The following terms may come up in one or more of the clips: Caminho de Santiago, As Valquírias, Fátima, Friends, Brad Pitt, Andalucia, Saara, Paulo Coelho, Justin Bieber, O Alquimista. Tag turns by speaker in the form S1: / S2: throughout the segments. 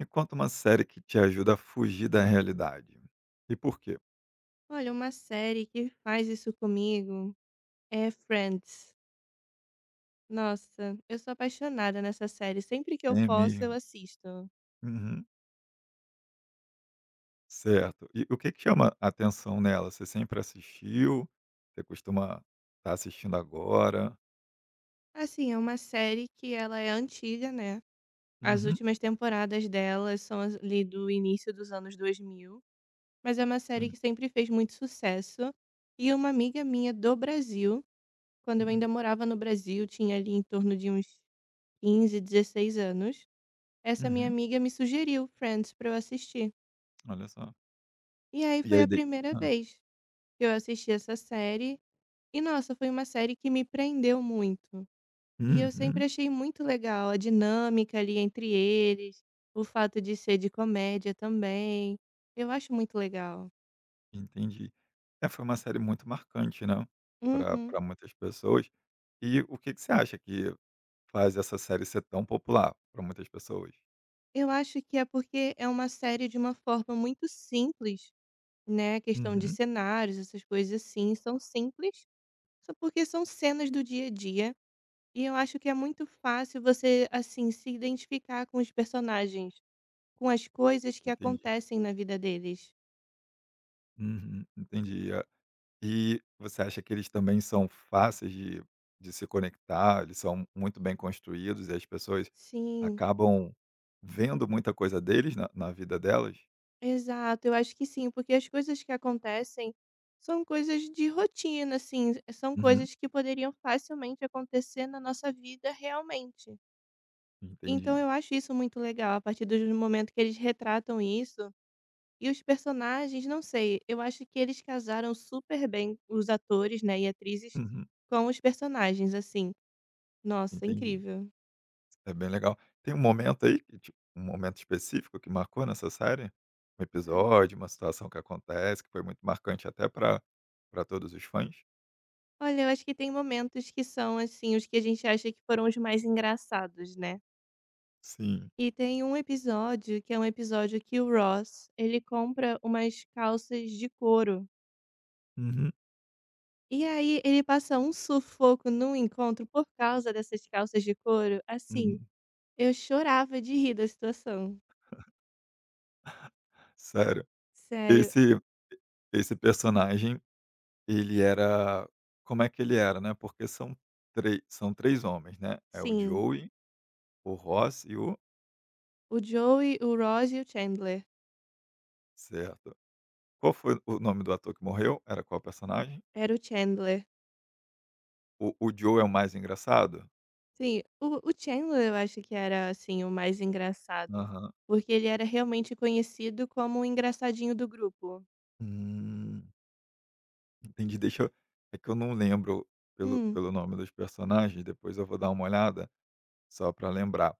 S1: Me conta uma série que te ajuda a fugir da realidade. E por quê?
S2: Olha, uma série que faz isso comigo é Friends. Nossa, eu sou apaixonada nessa série. Sempre que eu
S1: É
S2: posso, eu
S1: mesmo?
S2: assisto.
S1: Uhum. Certo. E o que que chama a atenção nela? Você sempre assistiu? Você costuma estar assistindo agora?
S2: Assim, é uma série que ela é antiga, né? As
S1: Uhum.
S2: últimas temporadas dela são ali do início dos anos 2000. Mas é uma série
S1: Sim.
S2: que sempre fez muito sucesso. E uma amiga minha do Brasil, quando eu
S1: Uhum.
S2: ainda morava no Brasil, tinha ali em torno de uns 15, 16 anos, essa minha
S1: Uhum.
S2: amiga me sugeriu Friends para eu assistir.
S1: Olha só.
S2: E aí
S1: E
S2: foi
S1: aí
S2: a
S1: de...
S2: primeira
S1: ah.
S2: vez que eu assisti essa série, e nossa, foi uma série que me prendeu muito. E eu
S1: Uhum.
S2: sempre achei muito legal a dinâmica ali entre eles, o fato de ser de comédia também. Eu acho muito legal.
S1: Entendi. É, foi uma série muito marcante, né? para
S2: Uhum.
S1: pra muitas pessoas. E o que que você acha que faz essa série ser tão popular para muitas pessoas?
S2: Eu acho que é porque é uma série de uma forma muito simples, né? A questão de
S1: Uhum.
S2: cenários, essas coisas assim, são simples, só porque são cenas do dia a dia. E eu acho que é muito fácil você, assim, se identificar com os personagens, com as coisas que
S1: Entendi.
S2: acontecem na vida deles.
S1: Uhum. Entendi. E você acha que eles também são fáceis de se conectar? Eles são muito bem construídos e as pessoas
S2: Sim,
S1: acabam vendo muita coisa deles na vida delas?
S2: exato, eu acho que sim, porque as coisas que acontecem são coisas de rotina, assim, é, são
S1: Uhum,
S2: coisas que poderiam facilmente acontecer na nossa vida realmente. Então
S1: entendi.
S2: eu acho isso muito legal, a partir do momento que eles retratam isso. E os personagens, não sei, eu acho que eles casaram super bem, os atores, né, e atrizes,
S1: Uhum,
S2: com os personagens, assim. Nossa,
S1: entendi.
S2: incrível.
S1: É bem legal. Tem um momento aí que tipo, um momento específico que marcou nessa série? Um
S2: Ai.
S1: episódio, uma situação que acontece, que foi muito marcante até para pra todos os fãs?
S2: Olha, eu acho que tem momentos que são, assim, os que a gente acha que foram os mais engraçados, né.
S1: Sim.
S2: E tem um episódio que é um episódio que o Ross, ele compra umas calças de couro,
S1: Uhum,
S2: e aí ele passa um sufoco num encontro por causa dessas calças de couro, assim,
S1: uhum.
S2: eu chorava de rir da situação.
S1: Sério,
S2: Sério,
S1: esse esse personagem. Ele era, como é que ele era, né, porque são 3 homens, né, é o
S2: sim,
S1: Joey, o Ross e o.
S2: o Joey, o Ross e o Chandler.
S1: Certo. Qual foi o nome do ator que morreu? Era qual personagem?
S2: Era o Chandler.
S1: O Joey é o mais engraçado?
S2: Sim, o Chandler eu acho que era, assim, o mais engraçado,
S1: Aham.
S2: porque ele era realmente conhecido como o engraçadinho do grupo.
S1: Hum, entendi, deixa eu, é que eu não lembro pelo
S2: Hum.
S1: pelo nome dos personagens, depois eu vou dar uma olhada, só para lembrar.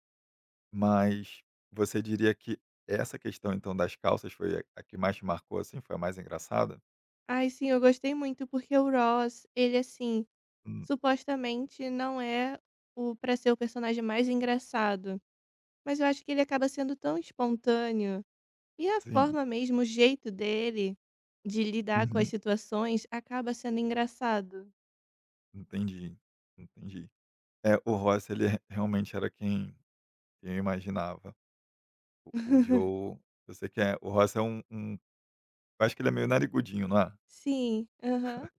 S1: Mas você diria que essa questão então das calças foi a que mais te marcou, assim, foi a mais engraçada?
S2: Ai, sim, eu gostei muito porque o Ross, ele, assim,
S1: Hum,
S2: supostamente não é o pra ser o personagem mais engraçado, mas eu acho que ele acaba sendo tão espontâneo, e a
S1: sim.
S2: forma mesmo, o jeito dele de lidar com as
S1: Uhum.
S2: situações acaba sendo engraçado.
S1: Entendi, entendi. É, o Ross ele re realmente era quem eu imaginava. O Joe eu sei quem é. O Ross é um, eu acho que ele é meio narigudinho, não é?
S2: Sim, aham,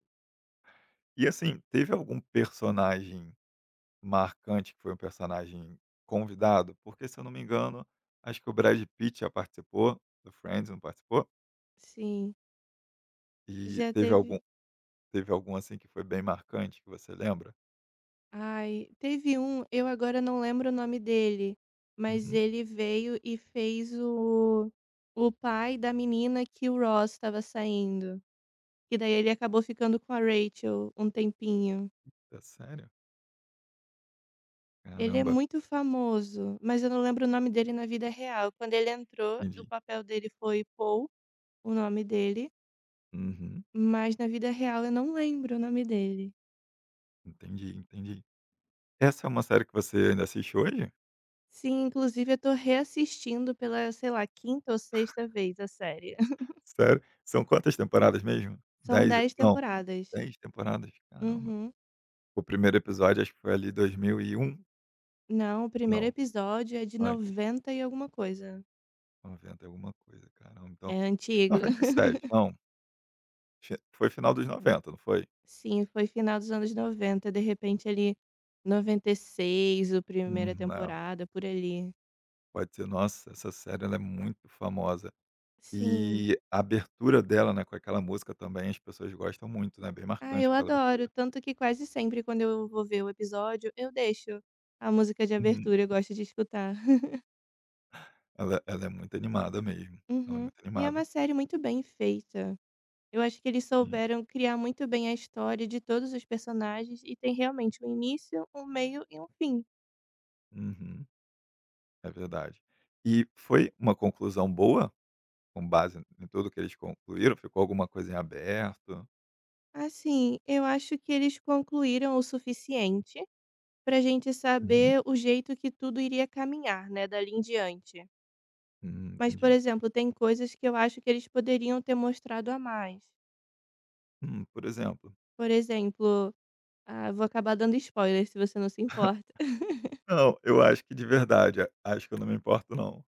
S1: E assim, teve algum personagem marcante que foi um personagem convidado? Porque se eu não me engano, acho que o Brad Pitt já participou do Friends, não participou?
S2: sim.
S1: E
S2: Já
S1: teve algum
S2: teve.
S1: teve algum assim que foi bem marcante que você lembra?
S2: Ai, teve um, eu agora não lembro o nome dele, mas
S1: Uhum.
S2: ele veio e fez o pai da menina que o Ross estava saindo. E daí ele acabou ficando com a Rachel um tempinho.
S1: É sério?
S2: Ele é
S1: Caramba,
S2: muito famoso, mas eu não lembro o nome dele na vida real. Quando ele entrou, o
S1: entendi.
S2: papel dele foi Paul, o nome dele,
S1: Uhum.
S2: mas na vida real eu não lembro o nome dele.
S1: Entendi, entendi. Essa é uma série que você ainda assiste hoje?
S2: Sim, inclusive eu tô reassistindo pela, sei lá, quinta ou sexta vez a série.
S1: Sério? São quantas temporadas mesmo?
S2: São
S1: 10?
S2: 10
S1: Não,
S2: temporadas.
S1: 10 temporadas? Caramba.
S2: Uhum.
S1: O primeiro episódio acho que foi ali 2001.
S2: Não, o primeiro
S1: Não,
S2: episódio é de
S1: antes.
S2: 90 e alguma coisa.
S1: 90 e alguma coisa, caramba,
S2: É
S1: então
S2: antigo.
S1: noventa e sete. Não, fi foi final dos 90, não foi?
S2: Sim, foi final dos anos 90, de repente ali 96 o primeira
S1: Uhum, é,
S2: temporada, por ali.
S1: pode ser. Nossa, essa série ela é muito famosa.
S2: Sim.
S1: E a abertura dela, né, com aquela música também, as pessoas gostam muito, né, bem
S2: Ah, eu
S1: marcante aquela
S2: adoro,
S1: abertura.
S2: tanto que quase sempre quando eu vou ver o episódio, eu deixo a música de
S1: Uhum.
S2: abertura, eu gosto de escutar.
S1: Ela é muito animada mesmo, ela é
S2: Uhum.
S1: muito
S2: E é uma
S1: animada,
S2: série muito bem feita. Eu acho que eles
S1: sim.
S2: souberam criar muito bem a história de todos os personagens e tem realmente um início, um meio e um fim.
S1: Uhum, é verdade. E foi uma conclusão boa, com base em tudo que eles concluíram? Ficou alguma coisa em aberto?
S2: Assim, eu acho que eles concluíram o suficiente pra gente
S1: Uhum.
S2: saber o jeito que tudo iria caminhar, né, dali em diante. Mas, por
S1: Entendi.
S2: exemplo, tem coisas que eu acho que eles poderiam ter mostrado a mais.
S1: Por exemplo?
S2: Por exemplo, ah, vou acabar dando spoiler se você não se importa.
S1: Não, eu acho que de verdade, a acho que eu não me importo não.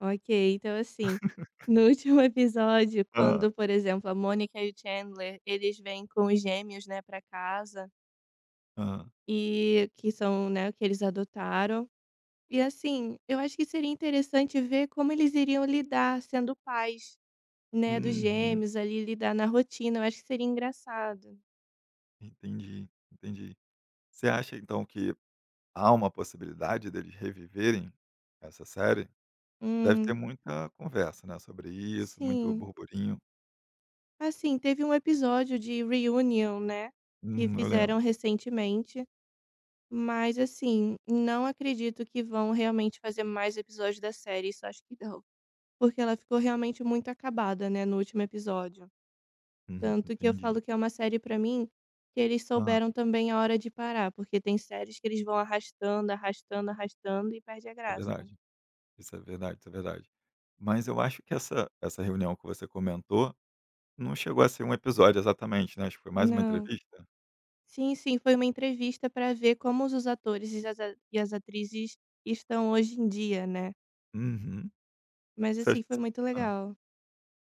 S2: Ok, então assim, no último episódio,
S1: Hã.
S2: quando, por exemplo, a Mônica e o Chandler, eles vêm com os gêmeos, né, pra casa,
S1: Hã.
S2: e que são, né, que eles adotaram. E assim, eu acho que seria interessante ver como eles iriam lidar sendo pais, né, dos
S1: Uhum,
S2: gêmeos ali, lidar na rotina. Eu acho que seria engraçado.
S1: entendi, entendi. Você acha então que há uma possibilidade deles reviverem essa série? Deve ter
S2: Hum,
S1: muita conversa, né, sobre isso, muito
S2: sim.
S1: burburinho.
S2: Assim, teve um episódio de reunion, né, que
S1: Uhum, eu
S2: fizeram
S1: lembro.
S2: recentemente. Mas assim, não acredito que vão realmente fazer mais episódios da série, isso acho que não. Porque ela ficou realmente muito acabada, né, no último episódio.
S1: Uhum,
S2: Tanto que eu falo
S1: entendi.
S2: que é uma série pra mim que eles
S1: Hã,
S2: souberam também a hora de parar, porque tem séries que eles vão arrastando, arrastando, arrastando e perde a
S1: é
S2: graça.
S1: verdade. Isso é verdade, isso é verdade. Mas eu acho que essa reunião que você comentou, não chegou a ser um episódio exatamente, né, acho que foi mais uma
S2: Não.
S1: entrevista?
S2: Sim, sim, foi uma entrevista para ver como os atores e as, e as atrizes estão hoje em dia, né?
S1: Uhum.
S2: Mas
S1: Você acha
S2: assim, foi
S1: você
S2: muito
S1: hã,
S2: legal.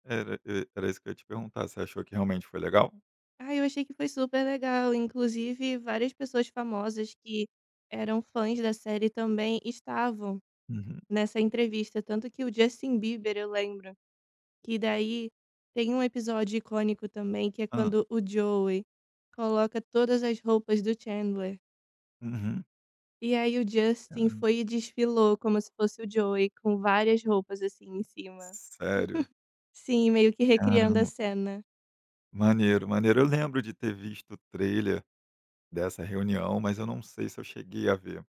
S1: era e era isso que eu ia te perguntar, você achou que realmente foi legal?
S2: Ah, eu achei que foi super legal, inclusive várias pessoas famosas que eram fãs da série também estavam
S1: Uhum.
S2: nessa entrevista, tanto que o Justin Bieber eu lembro, que daí tem um episódio icônico também que é
S1: Hã.
S2: quando o Joey coloca todas as roupas do Chandler.
S1: Uhum.
S2: E aí o Justin
S1: Caramba.
S2: foi e desfilou como se fosse o Joey, com várias roupas assim em cima.
S1: Sério?
S2: Sim, meio que recriando a
S1: Caramba.
S2: cena.
S1: Maneiro, maneiro. Eu lembro de ter visto o trailer dessa reunião, mas eu não sei se eu cheguei a ver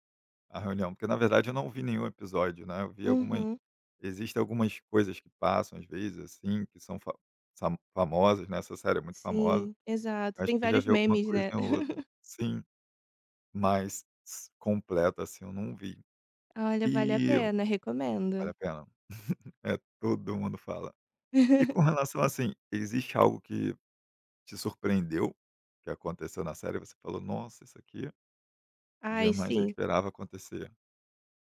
S1: a reunião, porque na verdade eu não vi nenhum episódio, né, eu vi algumas.
S2: Uhum.
S1: Existem algumas coisas que passam às vezes, assim, que são fa sam famosas, né, essa série é muito famosa.
S2: Sim, exato.
S1: Eu acho
S2: Tem
S1: que eu já
S2: vários
S1: vi alguma
S2: memes,
S1: coisa
S2: né?
S1: ou outra. Sim, mas s completa, assim, eu não vi.
S2: Olha, vale a
S1: E
S2: pena, recomendo.
S1: vale a pena. É, todo mundo fala. E com relação, assim, existe algo que te surpreendeu, que aconteceu na série, você falou: "Nossa, isso aqui
S2: Ai,
S1: jamais eu
S2: sim.
S1: esperava acontecer".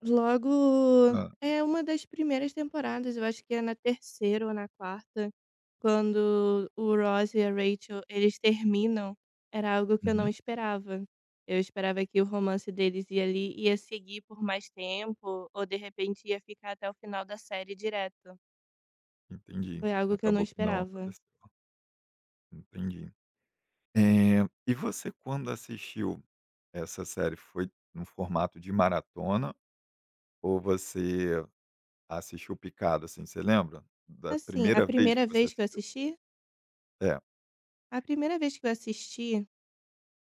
S2: Logo,
S1: Hã.
S2: é uma das primeiras temporadas, eu acho que é na terceira ou na quarta, quando o Ross e a Rachel, eles terminam, era algo que eu não
S1: Uhum.
S2: esperava. Eu esperava que o romance deles ia ali, ia seguir por mais tempo, ou de repente ia ficar até o final da série direto.
S1: Entendi.
S2: Foi algo que eu não
S1: Acabou que não
S2: esperava.
S1: aconteceu. Entendi. Eh, e você quando assistiu essa série, foi no formato de maratona ou você assistiu picado, assim, você lembra da
S2: Assim,
S1: primeira vez que você assistiu? É.
S2: a primeira vez que eu assisti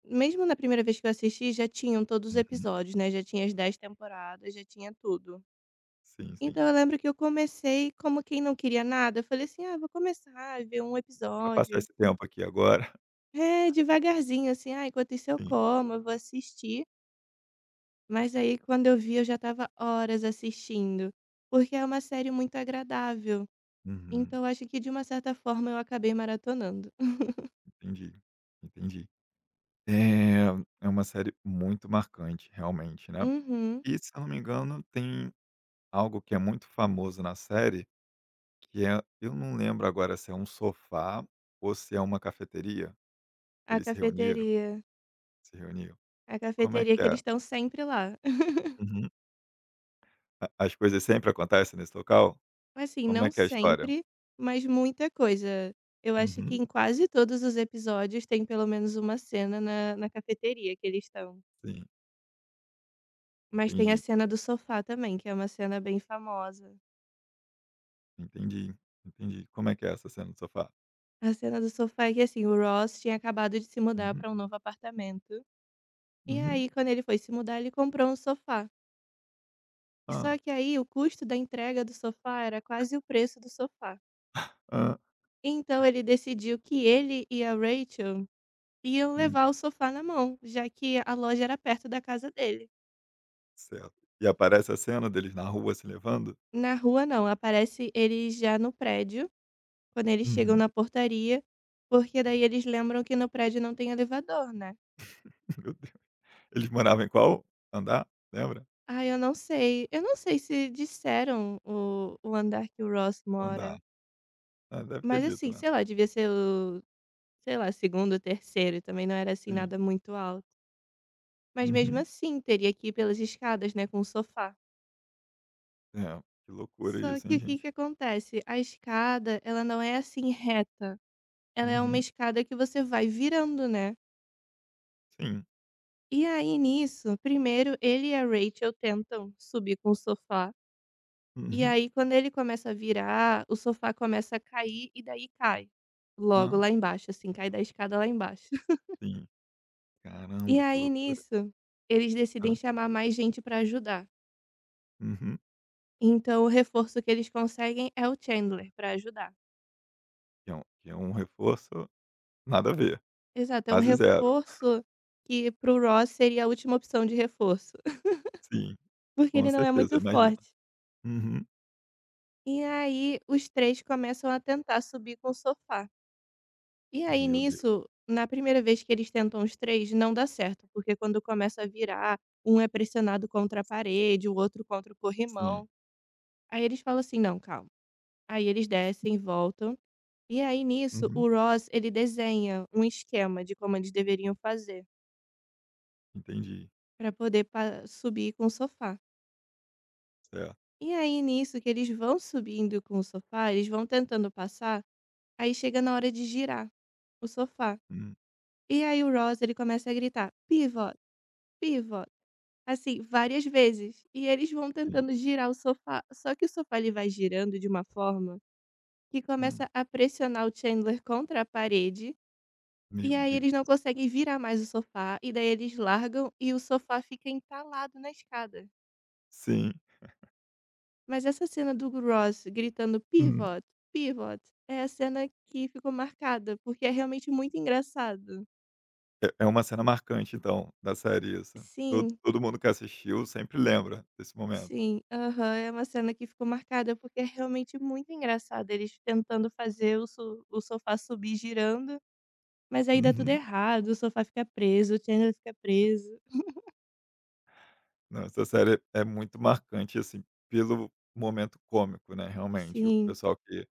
S2: mesmo na primeira vez que eu assisti, já tinham todos os
S1: Uhum.
S2: episódios, né, já tinha as 10 temporadas, já tinha tudo.
S1: Sim, sim.
S2: Então eu lembro que eu comecei como quem não queria nada, eu falei assim: "Ah, vou começar a ver um
S1: Pra passar
S2: episódio".
S1: esse tempo aqui agora.
S2: É, devagarzinho assim, "Ah, enquanto isso eu
S1: Sim.
S2: como, eu vou assistir". Mas aí quando eu vi eu já estava horas assistindo, porque é uma série muito agradável.
S1: Uhum.
S2: Então eu acho que de uma certa forma eu acabei maratonando.
S1: Entendi, entendi. Eh, É uma série muito marcante, realmente, né.
S2: Uhum.
S1: E se eu não me engano tem algo que é muito famoso na série, que é eu não lembro agora se é um sofá ou se é uma cafeteria.
S2: A
S1: Eles
S2: cafeteria.
S1: se reuniam.
S2: A
S1: Como é
S2: cafeteria
S1: que
S2: que eles
S1: é?
S2: estão sempre lá.
S1: Uhum. A as coisas sempre acontecem nesse local?
S2: Assim,
S1: Como
S2: não
S1: é que é a história?
S2: sempre, mas muita coisa. Eu acho que
S1: Uhum,
S2: em quase todos os episódios tem pelo menos uma cena na cafeteria que eles estão.
S1: sim,
S2: Mas tem a
S1: entendi,
S2: cena do sofá também, que é uma cena bem famosa.
S1: entendi, entendi. Como é que é essa cena do sofá?
S2: A cena do sofá é que, assim, o Ross tinha acabado de se mudar
S1: Uhum,
S2: para um novo apartamento, e
S1: uhum.
S2: aí quando ele foi se mudar, ele comprou um sofá. E só
S1: Hã,
S2: que aí o custo da entrega do sofá era quase o preço do sofá.
S1: hã.
S2: Então ele decidiu que ele e a Rachel e eu
S1: Hum,
S2: levar o sofá na mão, já que a loja era perto da casa dele.
S1: certo. E aparece a cena deles na rua se levando?
S2: Na rua não, aparece eles já no prédio, quando eles chegam
S1: Uhum.
S2: na portaria, porque daí eles lembram que no prédio não tem elevador, né.
S1: Meu Deus. Eles moravam em qual andar? Lembra?
S2: Ah, eu não sei se disseram o andar que o Ross
S1: O andar.
S2: mora,
S1: Ah, deve ter
S2: mas
S1: dito,
S2: assim,
S1: né.
S2: sei lá, devia ser o, sei lá, segundo, terceiro. E também não era assim
S1: Sim.
S2: nada muito alto. Mas mesmo
S1: Uhum.
S2: assim, teria que ir pelas escadas, né, com o sofá.
S1: É, que loucura
S2: Só
S1: isso,
S2: que
S1: hein,
S2: o que que
S1: gente.
S2: acontece, a escada ela não é assim reta, ela é uma
S1: Uhum.
S2: escada que você vai virando, né.
S1: Sim.
S2: E aí nisso, primeiro ele e a Rachel tentam subir com o sofá, e
S1: Uhum.
S2: aí quando ele começa a virar, o sofá começa a cair e daí cai, logo
S1: Hã.
S2: lá embaixo, assim, cai da escada lá embaixo.
S1: Sim.
S2: E
S1: Caramba, que
S2: aí
S1: loucura.
S2: nisso, eles
S1: Hã.
S2: decidem chamar mais gente pra ajudar,
S1: Uhum.
S2: então o reforço que eles conseguem é o Chandler pra ajudar.
S1: Que é um reforço nada a ver,
S2: Exato, é um
S1: quase zero.
S2: reforço que para o Ross seria a última opção de reforço,
S1: Sim,
S2: porque
S1: com
S2: ele não é
S1: certeza,
S2: muito
S1: imagina.
S2: forte.
S1: Uhum.
S2: E aí os 3 começam a tentar subir com o sofá. E aí
S1: Meu Deus,
S2: nisso, na primeira vez que eles tentam os 3 não dá certo, porque quando começa a virar, um é pressionado contra a parede, o outro contra o
S1: sim.
S2: corrimão. Aí eles falam assim: "Não, calma". Aí eles descem, voltam, e aí nisso
S1: Uhum.
S2: o Ross ele desenha um esquema de como eles deveriam fazer,
S1: Entendi,
S2: para poder pa subir com o sofá.
S1: certo.
S2: E aí nisso que eles vão subindo com o sofá, eles vão tentando passar, aí chega na hora de girar o sofá.
S1: Hum,
S2: E aí o Ross, ele começa a gritar: "Pivot, pivot", assim, várias vezes. E eles vão
S1: sim.
S2: tentando girar o sofá, só que o sofá ele vai girando de uma forma que
S1: Hum,
S2: começa a pressionar o Chandler contra a parede, e
S1: meu
S2: aí eles
S1: Deus.
S2: não conseguem virar mais o sofá, e daí eles largam e o sofá fica entalado na escada.
S1: Sim.
S2: Mas essa cena do Ross gritando
S1: Hum.
S2: "pivot, pivot", é a cena que ficou marcada, porque é realmente muito engraçado.
S1: É uma cena marcante então, da série isso?
S2: Sim,
S1: Todo mundo que assistiu sempre lembra desse momento.
S2: sim, aham, é uma cena que ficou marcada, porque é realmente muito engraçado eles tentando fazer o sofá subir girando, mas aí dá tudo
S1: Uhum.
S2: errado, o sofá fica preso, o Chandler fica preso.
S1: Não, essa série é muito marcante, assim, pelo momento cômico, né, realmente, o
S2: Sim,
S1: pessoal que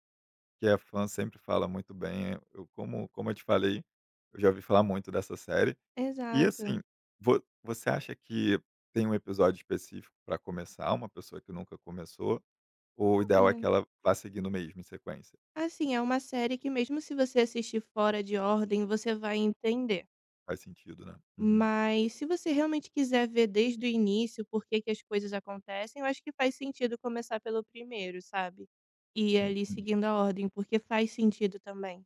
S1: Que é fã sempre fala muito bem, eu como eu te falei, eu já ouvi falar muito dessa série. E assim,
S2: exato.
S1: vo você acha que tem um episódio específico para começar, uma pessoa que nunca começou, ou o ideal é que
S2: Olha,
S1: ela vá seguindo mesmo em sequência?
S2: assim, é uma série que mesmo se você assistir fora de ordem, você vai entender.
S1: Faz sentido, né? Uhum.
S2: Mas se você realmente quiser ver desde o início por que que as coisas acontecem, eu acho que faz sentido começar pelo primeiro, sabe? E ir ali
S1: Entendi,
S2: seguindo a ordem, porque faz sentido também.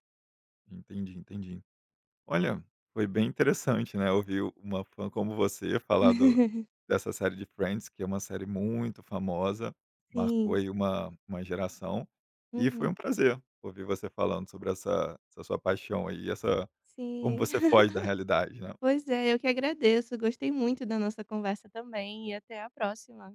S1: entendi, entendi. Olha, foi bem interessante, né, ouvir uma fã como você falar do dessa série de Friends, que é uma série muito famosa, marcou
S2: Sim.
S1: aí uma geração, e foi um
S2: Uhum.
S1: prazer ouvir você falando sobre essa sua paixão aí, essa como
S2: Sim.
S1: você foge da realidade, né.
S2: Pois é, eu que agradeço. Gostei muito da nossa conversa também e até a próxima.